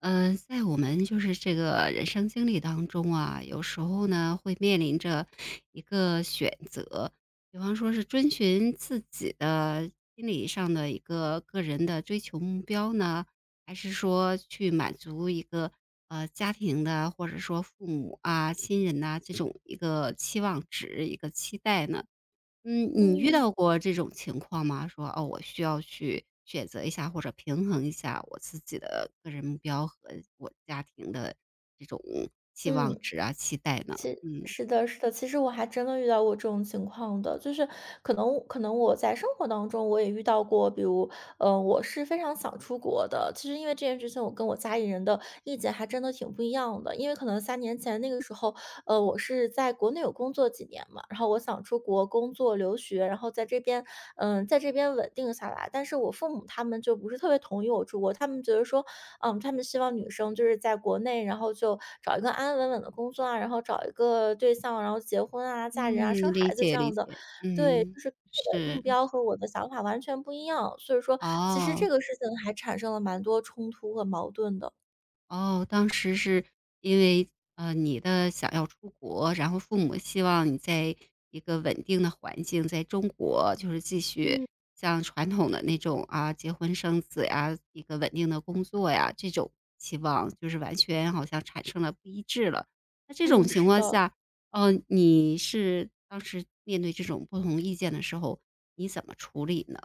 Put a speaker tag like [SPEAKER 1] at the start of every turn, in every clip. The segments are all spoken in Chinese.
[SPEAKER 1] 嗯，在我们就是这个人生经历当中啊，有时候呢会面临着一个选择，比方说是遵循自己的心理上的一个个人的追求目标呢，还是说去满足一个家庭的或者说父母啊、亲人呐、这种一个期望值、一个期待呢？嗯，你遇
[SPEAKER 2] 嗯，
[SPEAKER 1] 到过这种情况吗？说，哦，我需要去选择一下或者平衡一下我自己的个人目标和我家庭的这种期望
[SPEAKER 2] 嗯，
[SPEAKER 1] 值啊、期待呢？
[SPEAKER 2] 其
[SPEAKER 1] 嗯。
[SPEAKER 2] 是的是的，其实我还真的遇到过这种情况的，就是可能我在生活当中我也遇到过，比如我是非常想出国的。其实因为这件事情，我跟我家里人的意见还真的挺不一样的。因为可能三年前那个时候，我是在国内有工作几年嘛，然后我想出国工作、留学，然后在这边，在这边稳定下来。但是我父母他们就不是特别同意我出国，他们觉得说，他们希望女生就是在国内，然后就找一个安安稳稳的工作啊，然后找一个对象，然后结婚啊、嫁人啊、
[SPEAKER 1] 嗯，
[SPEAKER 2] 生
[SPEAKER 1] 理
[SPEAKER 2] 孩子这
[SPEAKER 1] 解理
[SPEAKER 2] 样
[SPEAKER 1] 解。
[SPEAKER 2] 的，对，
[SPEAKER 1] 嗯。
[SPEAKER 2] 就是我的目
[SPEAKER 1] 是。
[SPEAKER 2] 标和我的想法完全不一样，所以说其实这
[SPEAKER 1] 哦。
[SPEAKER 2] 个事情还产生了蛮多冲突和矛盾的。
[SPEAKER 1] 哦，当时是因为，你的想要出国，然后父母希望你在一个稳定的环境，在中国就是继续
[SPEAKER 2] 嗯。
[SPEAKER 1] 像传统的那种啊，结婚生子呀，一个稳定的工作呀，这种期望就是完全好像产生了不一致了。那这种
[SPEAKER 2] 嗯，
[SPEAKER 1] 情
[SPEAKER 2] 是
[SPEAKER 1] 况
[SPEAKER 2] 的。
[SPEAKER 1] 下，你是当时面对这种不同意见的时候，你怎么处理呢？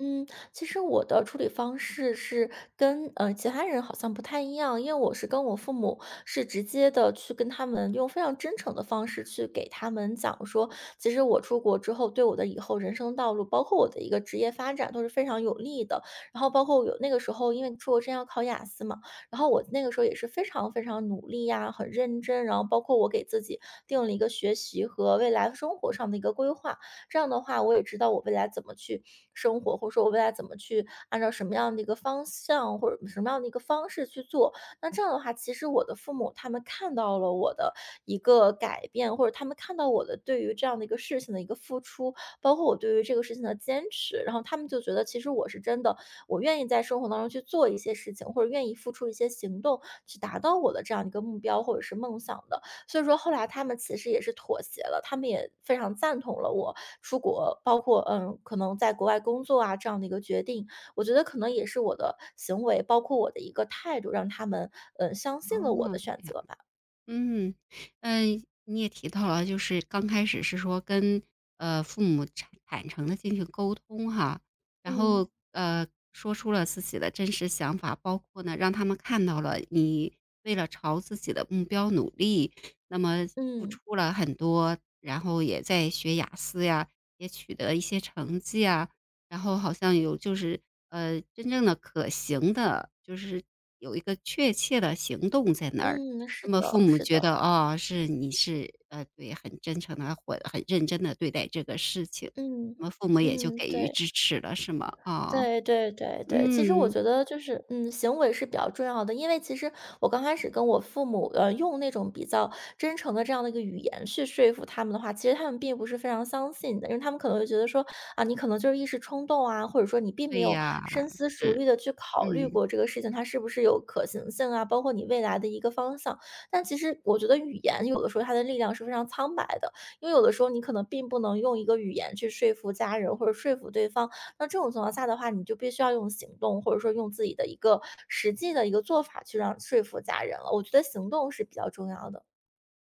[SPEAKER 2] 嗯，其实我的处理方式是跟其他人好像不太一样，因为我是跟我父母是直接的去跟他们用非常真诚的方式去给他们讲说，其实我出国之后对我的以后人生道路，包括我的一个职业发展都是非常有利的。然后包括有那个时候，因为出国之前要考雅思嘛，然后我那个时候也是非常非常努力呀，很认真，然后包括我给自己定了一个学习和未来生活上的一个规划，这样的话，我也知道我未来怎么去生活，或者说我未来怎么去按照什么样的一个方向，或者什么样的一个方式去做。那这样的话，其实我的父母他们看到了我的一个改变，或者他们看到我的对于这样的一个事情的一个付出，包括我对于这个事情的坚持，然后他们就觉得其实我是真的，我愿意在生活当中去做一些事情，或者愿意付出一些行动去达到我的这样一个目标或者是梦想的。所以说后来他们其实也是妥协了，他们也非常赞同了我出国，包括可能在国外工作啊这样的一个决定。我觉得可能也是我的行为，包括我的一个态度，让他们相信了
[SPEAKER 1] 哦，这
[SPEAKER 2] 我的
[SPEAKER 1] 样。
[SPEAKER 2] 选择吧。
[SPEAKER 1] 嗯。嗯，你也提到了，就是刚开始是说跟父母坦坦诚的进行沟通哈，然
[SPEAKER 2] 嗯。
[SPEAKER 1] 后说出了自己的真实想法，包括呢让他们看到了你为了朝自己的目标努力，那么付
[SPEAKER 2] 嗯，
[SPEAKER 1] 出了很多，然后也在学雅思呀，也取得一些成绩啊，然后好像有就是真正的可行的，就是有一个确切的行动在那儿。
[SPEAKER 2] 嗯，是
[SPEAKER 1] 那么父
[SPEAKER 2] 的，
[SPEAKER 1] 母
[SPEAKER 2] 是
[SPEAKER 1] 觉
[SPEAKER 2] 的。
[SPEAKER 1] 得，哦，是你是，对，很真诚的，或很认真的对待这个事情，那
[SPEAKER 2] 嗯。
[SPEAKER 1] 么父母也就
[SPEAKER 2] 嗯，
[SPEAKER 1] 给予
[SPEAKER 2] 对。
[SPEAKER 1] 支持了，是吗？哦。
[SPEAKER 2] 对对对对，其实我
[SPEAKER 1] 嗯，
[SPEAKER 2] 觉得就是，嗯，行为是比较重要的，因为其实我刚开始跟我父母，用那种比较真诚的这样的一个语言去说服他们的话，其实他们并不是非常相信的，因为他们可能会觉得说，啊，你可能就是一时冲动啊，或者说你并没
[SPEAKER 1] 对
[SPEAKER 2] 有
[SPEAKER 1] 呀。
[SPEAKER 2] 深思熟
[SPEAKER 1] 是。
[SPEAKER 2] 虑的去考虑
[SPEAKER 1] 嗯。
[SPEAKER 2] 过这个事情它是不是有可行性啊，包括你未来的一个方向。但其实我觉得语言有的时候它的力量是非常苍白的，因为有的时候你可能并不能用一个语言去说服家人或者说服对方，那这种情况下的话，你就必须要用行动，或者说用自己的一个实际的一个做法去让说服家人了。我觉得行动是比较重要的。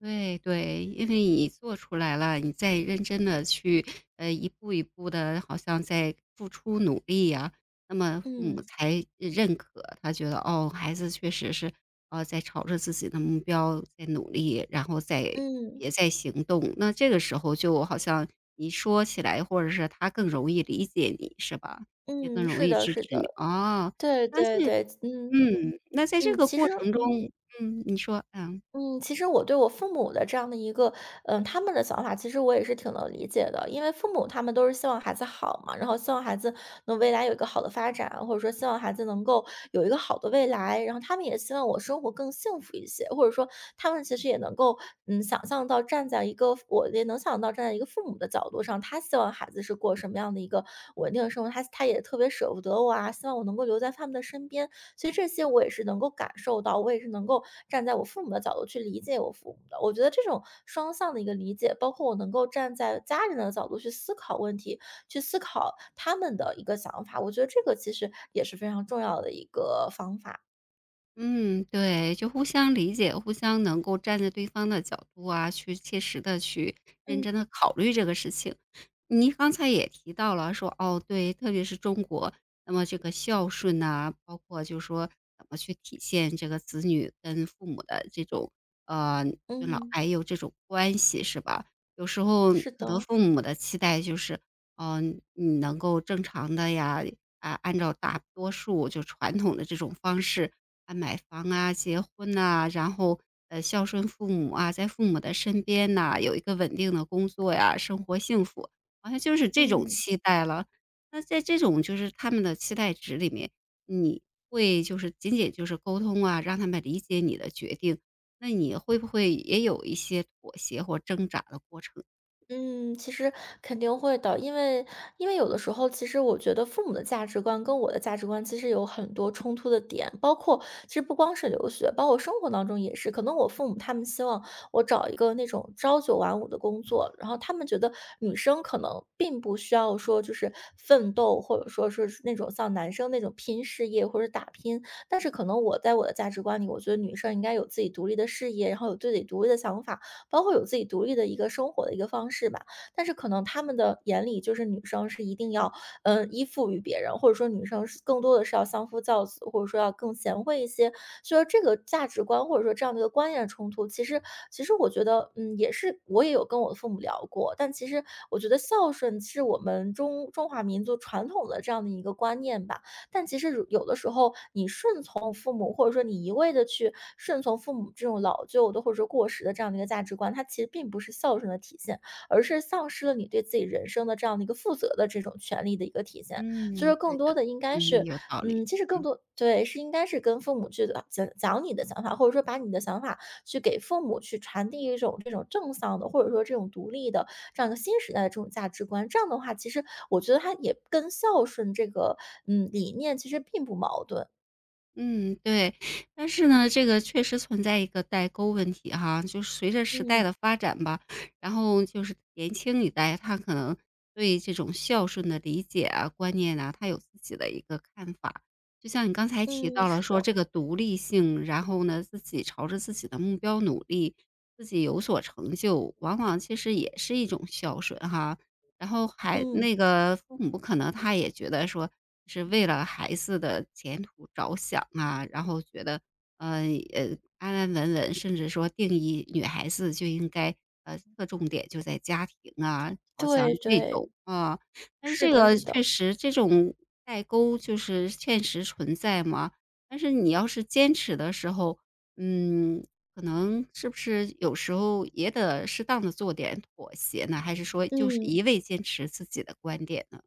[SPEAKER 1] 对对，因为你做出来了，你再认真的去，一步一步的，好像在付出努力呀，那么父母
[SPEAKER 2] 嗯
[SPEAKER 1] 才认可。他觉得，哦，孩子确实是，在朝着自己的目标在努力，然后在
[SPEAKER 2] 嗯。
[SPEAKER 1] 也在行动。那这个时候就好像你说起来，或者是他更容易理解你，是吧？也更
[SPEAKER 2] 嗯，
[SPEAKER 1] 容
[SPEAKER 2] 是
[SPEAKER 1] 易
[SPEAKER 2] 的，
[SPEAKER 1] 支
[SPEAKER 2] 是
[SPEAKER 1] 持你。
[SPEAKER 2] 的。
[SPEAKER 1] 哦。
[SPEAKER 2] 对
[SPEAKER 1] 但是
[SPEAKER 2] 对对。嗯。
[SPEAKER 1] 那在这
[SPEAKER 2] 嗯，
[SPEAKER 1] 个
[SPEAKER 2] 其
[SPEAKER 1] 过
[SPEAKER 2] 实
[SPEAKER 1] 程中。
[SPEAKER 2] 嗯。
[SPEAKER 1] 嗯，你说。嗯。
[SPEAKER 2] 嗯，其实我对我父母的这样的一个，嗯，他们的想法，其实我也是挺能理解的。因为父母他们都是希望孩子好嘛，然后希望孩子能未来有一个好的发展，或者说希望孩子能够有一个好的未来。然后他们也希望我生活更幸福一些，或者说他们其实也能够，嗯，想象到站在一个我也能想到站在一个父母的角度上，他希望孩子是过什么样的一个稳定的生活，他也特别舍不得我啊，希望我能够留在他们的身边。所以这些我也是能够感受到，我也是能够站在我父母的角度去理解我父母的。我觉得这种双向的一个理解，包括我能够站在家人的角度去思考问题，去思考他们的一个想法，我觉得这个其实也是非常重要的一个方法。
[SPEAKER 1] 嗯，对，就互相理解，互相能够站在对方的角度啊，去切实的去认
[SPEAKER 2] 嗯。
[SPEAKER 1] 真的考虑这个事情。您刚才也提到了说，哦，对，特别是中国，那么这个孝顺呐，包括就说怎么去体现这个子女跟父母的这种，呃，尊老
[SPEAKER 2] 嗯，
[SPEAKER 1] 爱幼这种关系是吧？有时候
[SPEAKER 2] 是
[SPEAKER 1] 可
[SPEAKER 2] 的。
[SPEAKER 1] 能父母的期待就是，嗯，你能够正常的呀，啊，按照大多数就传统的这种方式啊，买房啊、结婚呐，然后，孝顺父母啊，在父母的身边呐，有一个稳定的工作呀，生活幸福，好像就是这种
[SPEAKER 2] 嗯。
[SPEAKER 1] 期待了。那在这种就是他们的期待值里面，你会就是仅仅就是沟通啊，让他们理解你的决定，那你会不会也有一些妥协或挣扎的过程？
[SPEAKER 2] 嗯，其实肯定会的，因为因为有的时候，其实我觉得父母的价值观跟我的价值观其实有很多冲突的点，包括其实不光是留学，包括生活当中也是。可能我父母他们希望我找一个那种朝九晚五的工作，然后他们觉得女生可能并不需要说就是奋斗，或者说是那种像男生那种拼事业或者打拼。但是可能我在我的价值观里，我觉得女生应该有自己独立的事业，然后有自己独立的想法。包括有自己独立的一个生活的一个方式吧。但是可能他们的眼里，就是女生是一定要，依附于别人，或者说女生是更多的是要相夫教子，或者说要更贤惠一些。所以说这个价值观或者说这样的一个观念的冲突，其实我觉得，嗯，也是我也有跟我的父母聊过，但其实我觉得孝顺是我们中华民族传统的这样的一个观念吧。但其实有的时候，你顺从父母，或者说你一味的去顺从父母这种老旧的，或者说过时的这样的一个价值观，它其实并不是孝顺的体现，而是丧失了你对自己人生的这样的一个负责的这种权利的一个体现。所以说
[SPEAKER 1] 嗯，
[SPEAKER 2] 更
[SPEAKER 1] 对
[SPEAKER 2] 多
[SPEAKER 1] 的。
[SPEAKER 2] 的应该
[SPEAKER 1] 嗯，
[SPEAKER 2] 是，
[SPEAKER 1] 有道理。
[SPEAKER 2] 嗯，其实更
[SPEAKER 1] 嗯。
[SPEAKER 2] 多对，是应该是跟父母去讲讲你的想法，或者说把你的想法去给父母去传递一种这种正向的，或者说这种独立的这样一个新时代的这种价值观。这样的话，其实我觉得它也跟孝顺这个理念其实并不矛盾。
[SPEAKER 1] 嗯，对。但是呢，这个确实存在一个代沟问题哈，就是随着时代
[SPEAKER 2] 嗯。
[SPEAKER 1] 的发展吧，然后就是年轻一代，他可能对这种孝顺的理解啊、观念啊，他有自己的一个看法。就像你刚才提
[SPEAKER 2] 嗯，
[SPEAKER 1] 到了
[SPEAKER 2] 是
[SPEAKER 1] 说这
[SPEAKER 2] 的。
[SPEAKER 1] 个独立性，然后呢，自己朝着自己的目标努力，自己有所成就，往往其实也是一种孝顺哈。然后还
[SPEAKER 2] 嗯，
[SPEAKER 1] 那个父母可能他也觉得说是为了孩子的前途着想啊，然后觉得，嗯呃，安安稳稳，甚至说定义女孩子就应该，侧重点就在家庭啊，好像
[SPEAKER 2] 对
[SPEAKER 1] 这种，
[SPEAKER 2] 对，
[SPEAKER 1] 啊。但是
[SPEAKER 2] 是
[SPEAKER 1] 这
[SPEAKER 2] 的
[SPEAKER 1] 个
[SPEAKER 2] 是
[SPEAKER 1] 确
[SPEAKER 2] 的。
[SPEAKER 1] 实这种代沟就是现实存在嘛，但是你要是坚持的时候，嗯，可能是不是有时候也得适当的做点妥协呢？还是说就是
[SPEAKER 2] 嗯。
[SPEAKER 1] 一味坚持自己的观点呢？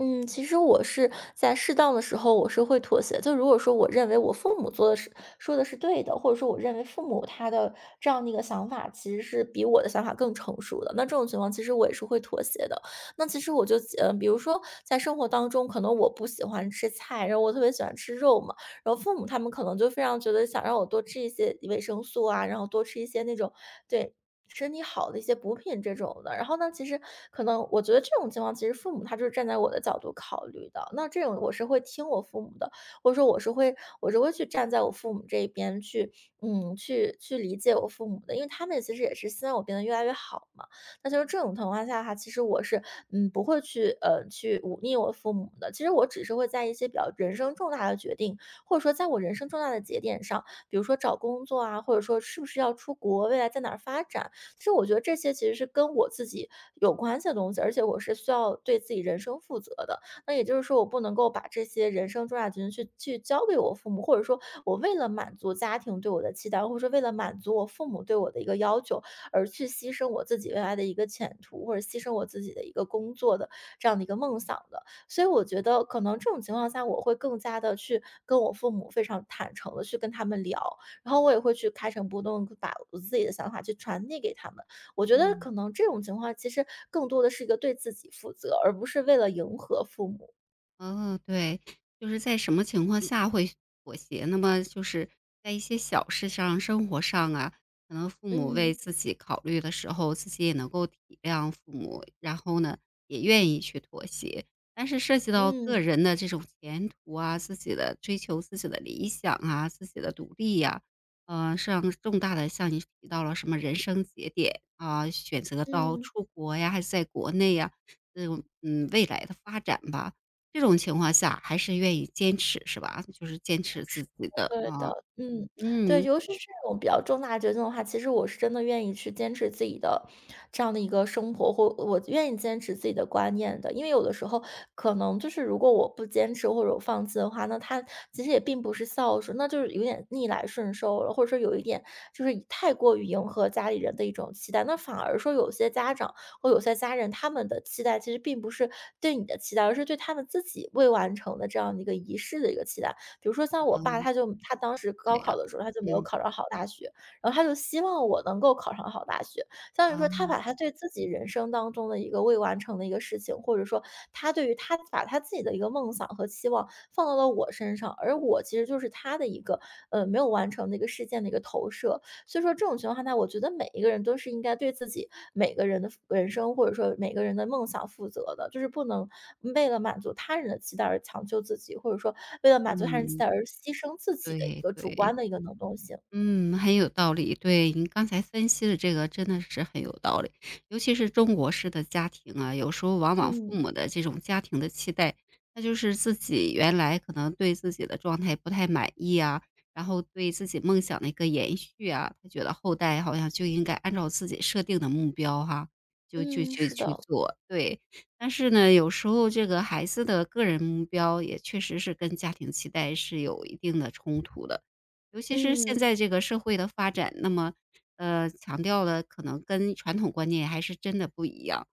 [SPEAKER 2] 嗯，其实我是在适当的时候，我是会妥协。就如果说我认为我父母做的是说的是对的，或者说我认为父母他的这样的一个想法其实是比我的想法更成熟的，那这种情况其实我也是会妥协的。那其实我就比如说在生活当中，可能我不喜欢吃菜，然后我特别喜欢吃肉嘛，然后父母他们可能就非常觉得想让我多吃一些维生素啊，然后多吃一些那种对身体好的一些补品这种的。然后呢，其实可能我觉得这种情况，其实父母他就是站在我的角度考虑的。那这种我是会听我父母的，或者说我是会去站在我父母这一边去，去理解我父母的，因为他们其实也是希望我变得越来越好嘛。那就是这种情况下哈，其实我是不会去去忤逆我父母的。其实我只是会在一些比较人生重大的决定，或者说在我人生重大的节点上，比如说找工作啊，或者说是不是要出国，未来在哪儿发展。其实我觉得这些其实是跟我自己有关系的东西，而且我是需要对自己人生负责的。那也就是说，我不能够把这些人生重大决定去交给我父母，或者说我为了满足家庭对我的期待，或者说为了满足我父母对我的一个要求，而去牺牲我自己未来的一个前途，或者牺牲我自己的一个工作的这样的一个梦想的。所以我觉得，可能这种情况下，我会更加的去跟我父母非常坦诚的去跟他们聊，然后我也会去开诚布公，把我自己的想法去传递给他们。我觉得
[SPEAKER 1] 嗯。
[SPEAKER 2] 可能这种情况其实更多的是一个对自己负责，而不是为了迎合父母。
[SPEAKER 1] 哦，对，就是在什么情况下会妥协？那么就是在一些小事上、生活上啊，可能父母为
[SPEAKER 2] 嗯
[SPEAKER 1] 自己考虑的时候，自己也能够体谅父母，然后呢，也愿意去妥协。但是涉及到个
[SPEAKER 2] 嗯
[SPEAKER 1] 人的这种前途啊、自己的追求、自己的理想啊、自己的独立呀、像重大的，像你提到了什么人生节点啊，选择到
[SPEAKER 2] 嗯。
[SPEAKER 1] 出国呀，还是在国内呀，这种未来的发展吧，这种情况下还是愿意坚持是吧？就是坚持自己的
[SPEAKER 2] 对的，
[SPEAKER 1] 啊。
[SPEAKER 2] 嗯，对，
[SPEAKER 1] 嗯。
[SPEAKER 2] 尤其是这种比较重大决定的话，其实我是真的愿意去坚持自己的这样的一个生活，或我愿意坚持自己的观念的。因为有的时候可能就是如果我不坚持或者我放弃的话，那他其实也并不是孝顺，那就是有点逆来顺受了，或者说有一点就是太过于迎合家里人的一种期待。那反而说有些家长或有些家人他们的期待其实并不是对你的期待，而是对他们自己未完成的这样的一个仪式的一个期待。比如说像我
[SPEAKER 1] 哦，
[SPEAKER 2] 爸，他就他当时
[SPEAKER 1] 这
[SPEAKER 2] 高
[SPEAKER 1] 样。
[SPEAKER 2] 考的时候，他就没有
[SPEAKER 1] 嗯。
[SPEAKER 2] 考上好大学，然后他就希望我能够考上好大学，相当于说他把
[SPEAKER 1] 哦。
[SPEAKER 2] 他对自己人生当中的一个未完成的一个事情，或者说他对于他把他自己的一个梦想和期望放到了我身上，而我其实就是他的一个没有完成的一个事件的一个投射。所以说这种情况下，我觉得每一个人都是应该对自己每个人的人生，或者说每个人的梦想负责的，就是不能为了满足他人的期待而强求自己，或者说为了满足他人期
[SPEAKER 1] 嗯，
[SPEAKER 2] 待而牺牲自己的一
[SPEAKER 1] 对
[SPEAKER 2] 个主
[SPEAKER 1] 对。
[SPEAKER 2] 观的一个能动性。
[SPEAKER 1] 嗯，很有道理。对，您刚才分析的这个真的是很有道理，尤其是中国式的家庭啊，有时候往往父
[SPEAKER 2] 嗯
[SPEAKER 1] 母的这种家庭的期待，那就是自己原来可能对自己的状态不太满意啊，然后对自己梦想的一个延续啊，他觉得后代好像就应该按照自己设定的目标哈，就就
[SPEAKER 2] 嗯，
[SPEAKER 1] 去
[SPEAKER 2] 是
[SPEAKER 1] 去
[SPEAKER 2] 的，
[SPEAKER 1] 做。对。但是呢，有时候这个孩子的个人目标也确实是跟家庭期待是有一定的冲突的。尤其是现
[SPEAKER 2] 嗯
[SPEAKER 1] 在这个社会的发展，那么，强调了可能跟传统观念还是真的不一样。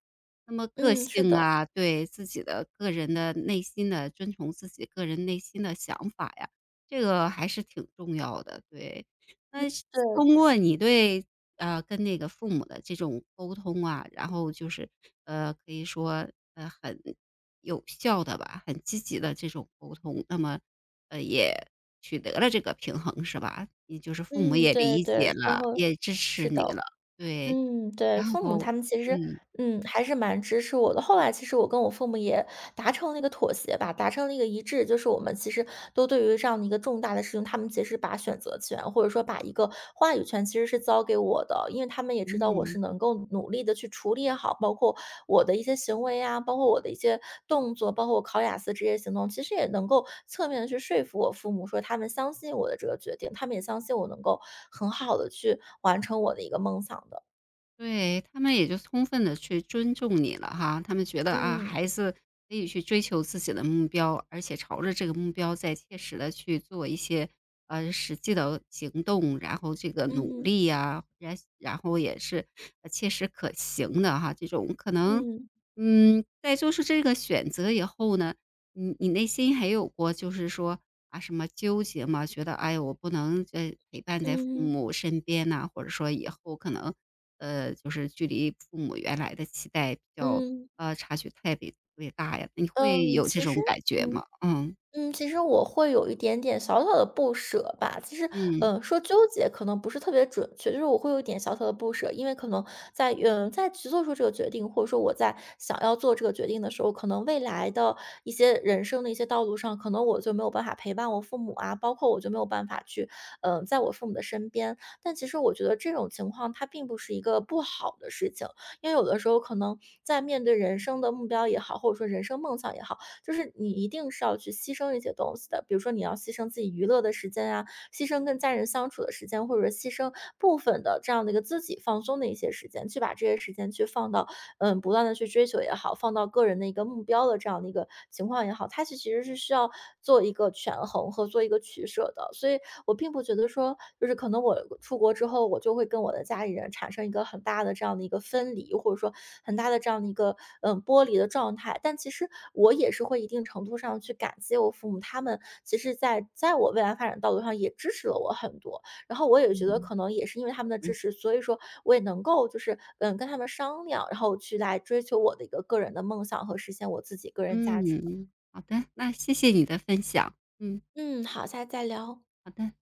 [SPEAKER 1] 那么个
[SPEAKER 2] 嗯，是
[SPEAKER 1] 性
[SPEAKER 2] 的，
[SPEAKER 1] 啊，对自己的个人的内心的遵从自己个人内心的想法呀，这个还是挺重要的，对。那是
[SPEAKER 2] 对，
[SPEAKER 1] 通过你对跟那个父母的这种沟通啊，然后就是，可以说,很有效的吧，很积极的这种沟通，那么也取得了这个平衡是吧？也就是父母
[SPEAKER 2] 嗯
[SPEAKER 1] 也
[SPEAKER 2] 对
[SPEAKER 1] 理
[SPEAKER 2] 对，
[SPEAKER 1] 解
[SPEAKER 2] 最
[SPEAKER 1] 了，
[SPEAKER 2] 后
[SPEAKER 1] 也支持
[SPEAKER 2] 是的，
[SPEAKER 1] 你了。对。
[SPEAKER 2] 嗯，对，
[SPEAKER 1] 然
[SPEAKER 2] 父母
[SPEAKER 1] 后。
[SPEAKER 2] 他们其实，
[SPEAKER 1] 嗯。
[SPEAKER 2] 嗯，还是蛮支持我的。后来其实我跟我父母也达成了一个妥协吧，达成了一个一致，就是我们其实都对于这样的一个重大的事情，他们其实把选择权或者说把一个话语权其实是交给我的，因为他们也知道我是
[SPEAKER 1] 嗯。
[SPEAKER 2] 能够努力的去处理好，包括我的一些行为啊，包括我的一些动作，包括我考雅思这些行动，其实也能够侧面的去说服我父母，说他们相信我的这个决定，他们也相信我能够很好的去完成我的一个梦想的。
[SPEAKER 1] 对，他们也就充分的去尊重你了哈，他们觉得啊，
[SPEAKER 2] 嗯，
[SPEAKER 1] 孩子可以去追求自己的目标，而且朝着这个目标在切实的去做一些，实际的行动，然后这个努
[SPEAKER 2] 嗯，
[SPEAKER 1] 力呀，然然后也是，切实可行的哈，这种可能。
[SPEAKER 2] 嗯，
[SPEAKER 1] 嗯，在做出这个选择以后呢，你你内心还有过就是说，啊，什么纠结吗？觉得哎呀，我不能在陪伴在父
[SPEAKER 2] 嗯，
[SPEAKER 1] 母身边呐，或者说以后可能就是距离父母原来的期待比较
[SPEAKER 2] 嗯，
[SPEAKER 1] 差距特别特别大呀，你会
[SPEAKER 2] 嗯，
[SPEAKER 1] 有这
[SPEAKER 2] 其实
[SPEAKER 1] 种感觉
[SPEAKER 2] 嗯。
[SPEAKER 1] 吗？嗯。
[SPEAKER 2] 嗯，其实我会有一点点小小的不舍吧。其实，
[SPEAKER 1] 嗯。
[SPEAKER 2] 说纠结可能不是特别准确，就是我会有一点小小的不舍，因为可能在在去做出这个决定，或者说我在想要做这个决定的时候，可能未来的一些人生的一些道路上，可能我就没有办法陪伴我父母啊，包括我就没有办法去在我父母的身边。但其实我觉得这种情况它并不是一个不好的事情，因为有的时候可能在面对人生的目标也好，或者说人生梦想也好。就是你一定是要去牺牲一些东西的。比如说你要牺牲自己娱乐的时间啊，牺牲跟家人相处的时间，或者说牺牲部分的这样的一个自己放松的一些时间，去把这些时间去放到嗯，不断的去追求也好，放到个人的一个目标的这样的一个情况也好，它是其实是需要做一个权衡和做一个取舍的。所以我并不觉得说，就是可能我出国之后，我就会跟我的家里人产生一个很大的这样的一个分离，或者说很大的这样的一个，嗯，剥离的状态。但其实我也是会一定程度上去感谢我父母，他们其实在我未来发展道路上也支持了我很多。然后我也觉得
[SPEAKER 1] 嗯。
[SPEAKER 2] 可能也是因为他们的支持，所以说我也能够就是，嗯，跟他们商量，然后去来追求我的一个个人的梦想和实现我自己个人
[SPEAKER 1] 嗯。
[SPEAKER 2] 价值的。
[SPEAKER 1] 嗯，好的，那谢谢你的分享。嗯。
[SPEAKER 2] 嗯，好，下次再聊。
[SPEAKER 1] 好的。